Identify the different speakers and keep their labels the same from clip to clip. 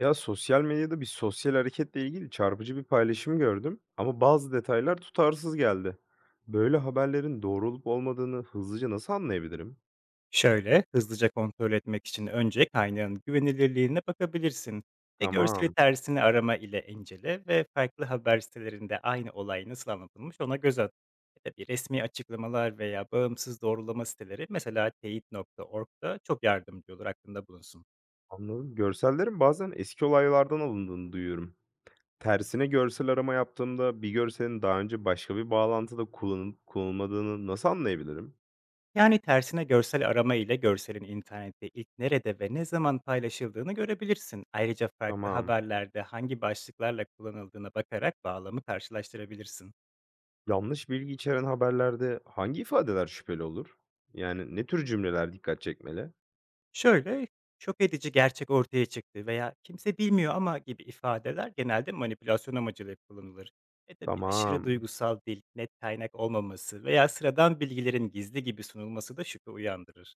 Speaker 1: Ya, sosyal medyada bir sosyal hareketle ilgili çarpıcı bir paylaşım gördüm ama bazı detaylar tutarsız geldi. Böyle haberlerin doğru olup olmadığını hızlıca nasıl anlayabilirim?
Speaker 2: Şöyle, hızlıca kontrol etmek için önce kaynağın güvenilirliğine bakabilirsin ve görseli
Speaker 1: Tamam,
Speaker 2: tersini arama ile incele ve farklı haber sitelerinde aynı olay nasıl anlatılmış ona göz at. Ya da bir resmi açıklamalar veya bağımsız doğrulama siteleri mesela teyit.org'da çok yardımcı olur aklında bulunsun.
Speaker 1: anladım. Görsellerin bazen eski olaylardan alındığını duyuyorum. Tersine görsel arama yaptığımda bir görselin daha önce başka bir bağlantıda kullanılıp kullanılmadığını nasıl anlayabilirim?
Speaker 2: Yani tersine görsel arama ile görselin internette ilk nerede ve ne zaman paylaşıldığını görebilirsin. Ayrıca farklı
Speaker 1: Tamam.
Speaker 2: haberlerde hangi başlıklarla kullanıldığına bakarak bağlamı karşılaştırabilirsin.
Speaker 1: Yanlış bilgi içeren haberlerde hangi ifadeler şüpheli olur? Yani ne tür cümleler dikkat çekmeli?
Speaker 2: Şöyle, "Şok edici gerçek ortaya çıktı." veya "Kimse bilmiyor ama." gibi ifadeler genelde manipülasyon amacıyla kullanılır. Tabii aşırı
Speaker 1: Tamam.
Speaker 2: duygusal dil, net kaynak olmaması veya sıradan bilgilerin gizli gibi sunulması da şüphe uyandırır.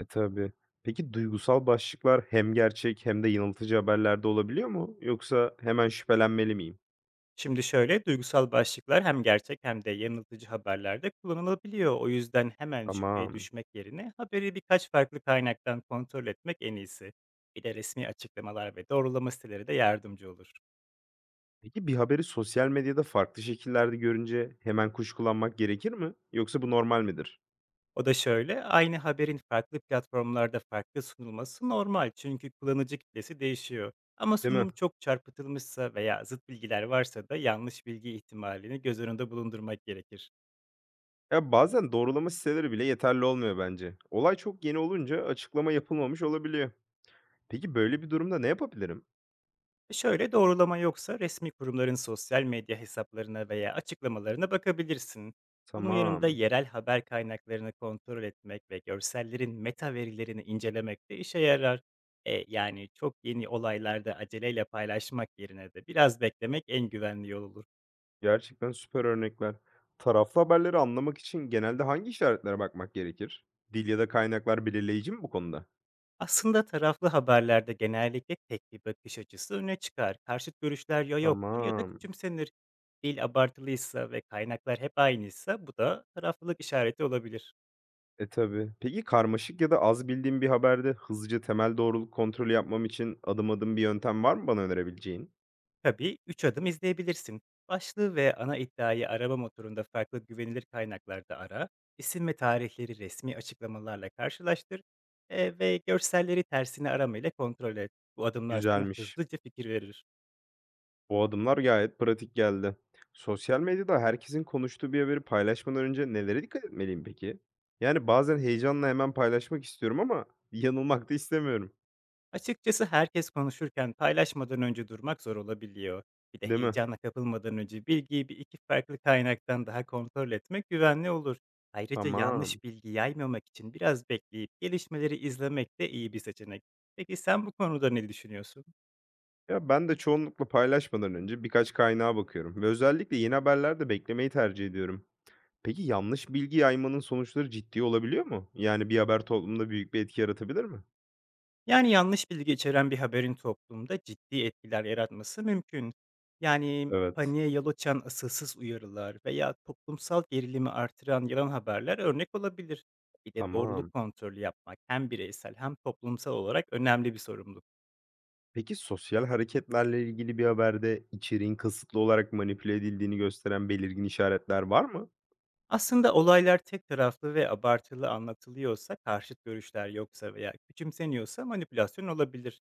Speaker 1: E, tabii. Peki duygusal başlıklar hem gerçek hem de yanıltıcı haberlerde olabiliyor mu? Yoksa hemen şüphelenmeli miyim?
Speaker 2: Şimdi şöyle, duygusal başlıklar hem gerçek hem de yanıltıcı haberlerde kullanılabiliyor. O yüzden hemen şüpheye
Speaker 1: Tamam.
Speaker 2: düşmek yerine haberi birkaç farklı kaynaktan kontrol etmek en iyisi. Bir de resmi açıklamalar ve doğrulama siteleri de yardımcı olur.
Speaker 1: Peki bir haberi sosyal medyada farklı şekillerde görünce hemen kuşkulanmak gerekir mi? Yoksa bu normal midir?
Speaker 2: O da şöyle, aynı haberin farklı platformlarda farklı sunulması normal çünkü kullanıcı kitlesi değişiyor. Ama
Speaker 1: Değil mi?
Speaker 2: sunum çok çarpıtılmışsa veya zıt bilgiler varsa da yanlış bilgi ihtimalini göz önünde bulundurmak gerekir.
Speaker 1: Ya bazen doğrulama siteleri bile yeterli olmuyor bence. Olay çok yeni olunca açıklama yapılmamış olabiliyor. Peki böyle bir durumda ne yapabilirim?
Speaker 2: Şöyle doğrulama yoksa resmi kurumların sosyal medya hesaplarına veya açıklamalarına bakabilirsin. Bunun yanında
Speaker 1: Tamam.
Speaker 2: yerel haber kaynaklarını kontrol etmek ve görsellerin meta verilerini incelemek de işe yarar. Yani çok yeni olaylarda aceleyle paylaşmak yerine de biraz beklemek en güvenli yol olur.
Speaker 1: Gerçekten süper örnekler. Taraflı haberleri anlamak için genelde hangi işaretlere bakmak gerekir? Dil ya da kaynaklar belirleyici mi bu konuda?
Speaker 2: Aslında taraflı haberlerde genellikle tek bir bakış açısı öne çıkar. Karşıt görüşler ya yoktur ya da
Speaker 1: Tamam.
Speaker 2: küçümsenir. Dil abartılıysa ve kaynaklar hep aynıysa bu da taraflılık işareti olabilir.
Speaker 1: E, tabii. Peki karmaşık ya da az bildiğim bir haberde hızlıca temel doğruluk kontrolü yapmam için adım adım bir yöntem var mı bana önerebileceğin?
Speaker 2: Tabii 3 adım izleyebilirsin. Başlığı ve ana iddiayı arama motorunda farklı güvenilir kaynaklarda ara, isim ve tarihleri resmi açıklamalarla karşılaştır ve görselleri tersine aramayla kontrol et. Bu adımlar sana
Speaker 1: Güzelmiş.
Speaker 2: hızlıca fikir verir.
Speaker 1: Bu adımlar gayet pratik geldi. Sosyal medyada herkesin konuştuğu bir haberi paylaşmadan önce nelere dikkat etmeliyim peki? Yani bazen heyecanla hemen paylaşmak istiyorum ama yanılmak da istemiyorum.
Speaker 2: Açıkçası herkes konuşurken paylaşmadan önce durmak zor olabiliyor. Bir de
Speaker 1: Değil mi?
Speaker 2: heyecana kapılmadan önce bilgiyi bir iki farklı kaynaktan daha kontrol etmek güvenli olur. Ayrıca
Speaker 1: Tamam.
Speaker 2: yanlış bilgi yaymamak için biraz bekleyip gelişmeleri izlemek de iyi bir seçenek. Peki sen bu konuda ne düşünüyorsun?
Speaker 1: Ya, ben de çoğunlukla paylaşmadan önce birkaç kaynağa bakıyorum ve özellikle yeni haberlerde beklemeyi tercih ediyorum. Peki yanlış bilgi yaymanın sonuçları ciddi olabiliyor mu? Yani bir haber toplumda büyük bir etki yaratabilir mi?
Speaker 2: Yani, yanlış bilgi içeren bir haberin toplumda ciddi etkiler yaratması mümkün. Yani,
Speaker 1: Evet.
Speaker 2: paniğe yol açan asılsız uyarılar veya toplumsal gerilimi artıran yalan haberler örnek olabilir. Bir de
Speaker 1: Tamam.
Speaker 2: doğruluk kontrolü yapmak hem bireysel hem toplumsal olarak önemli bir sorumluluk.
Speaker 1: Peki sosyal hareketlerle ilgili bir haberde içeriğin kasıtlı olarak manipüle edildiğini gösteren belirgin işaretler var mı?
Speaker 2: Aslında olaylar tek taraflı ve abartılı anlatılıyorsa, karşıt görüşler yoksa veya küçümseniyorsa manipülasyon olabilir.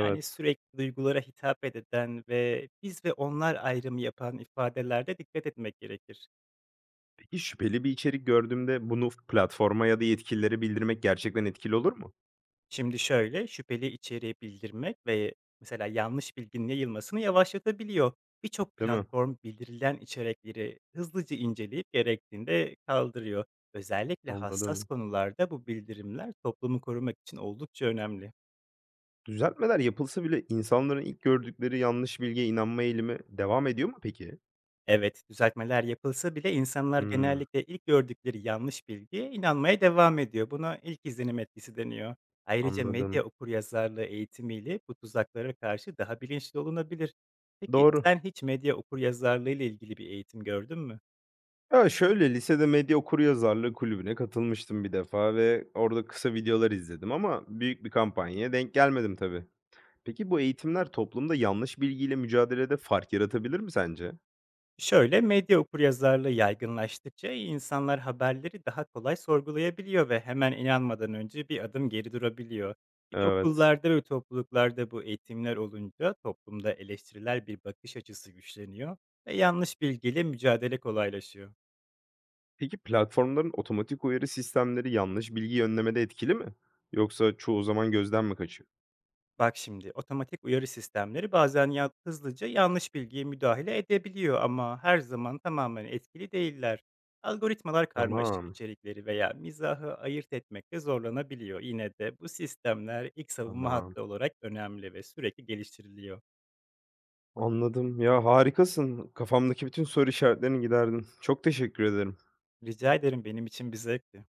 Speaker 2: Yani, sürekli duygulara hitap eden ve biz ve onlar ayrımı yapan ifadelerde dikkat etmek gerekir.
Speaker 1: Peki şüpheli bir içerik gördüğümde bunu platforma ya da yetkililere bildirmek gerçekten etkili olur mu?
Speaker 2: Şimdi şöyle, şüpheli içeriği bildirmek ve mesela yanlış bilginin yayılmasını yavaşlatabiliyor. Birçok
Speaker 1: Değil mi?
Speaker 2: platform bildirilen içerikleri hızlıca inceleyip gerektiğinde kaldırıyor. Özellikle hassas
Speaker 1: Anladım.
Speaker 2: konularda bu bildirimler toplumu korumak için oldukça önemli.
Speaker 1: Düzeltmeler yapılsa bile insanların ilk gördükleri yanlış bilgiye inanma eğilimi devam ediyor mu peki?
Speaker 2: Evet, düzeltmeler yapılsa bile insanlar
Speaker 1: Hımm,
Speaker 2: genellikle ilk gördükleri yanlış bilgiye inanmaya devam ediyor. Buna ilk izlenim etkisi deniyor. Ayrıca
Speaker 1: anladım.
Speaker 2: medya okuryazarlığı eğitimiyle bu tuzaklara karşı daha bilinçli olunabilir. Peki
Speaker 1: Doğru.
Speaker 2: sen hiç medya okuryazarlığı ile ilgili bir eğitim gördün mü?
Speaker 1: Ya, şöyle, lisede medya okuryazarlığı kulübüne katılmıştım bir defa ve orada kısa videolar izledim ama büyük bir kampanyaya denk gelmedim tabii. Peki bu eğitimler toplumda yanlış bilgiyle mücadelede fark yaratabilir mi sence?
Speaker 2: Şöyle, medya okuryazarlığı yaygınlaştıkça insanlar haberleri daha kolay sorgulayabiliyor ve hemen inanmadan önce bir adım geri durabiliyor. Bir de
Speaker 1: Evet.
Speaker 2: okullarda ve topluluklarda bu eğitimler olunca toplumda eleştiriler bir bakış açısı güçleniyor ve yanlış bilgiyle mücadele kolaylaşıyor.
Speaker 1: Peki platformların otomatik uyarı sistemleri yanlış bilgi önlemede etkili mi? Yoksa çoğu zaman gözden mi kaçıyor?
Speaker 2: Bak şimdi otomatik uyarı sistemleri bazen ya hızlıca yanlış bilgiye müdahale edebiliyor ama her zaman tamamen etkili değiller. Algoritmalar karmaşık
Speaker 1: Tamam,
Speaker 2: içerikleri veya mizahı ayırt etmekte zorlanabiliyor. Yine de bu sistemler ilk savunma
Speaker 1: tamam.
Speaker 2: hattı olarak önemli ve sürekli geliştiriliyor.
Speaker 1: Anladım. Ya, harikasın. Kafamdaki bütün soru işaretlerini giderdin. Çok teşekkür ederim.
Speaker 2: Rica ederim benim için bir zevkti.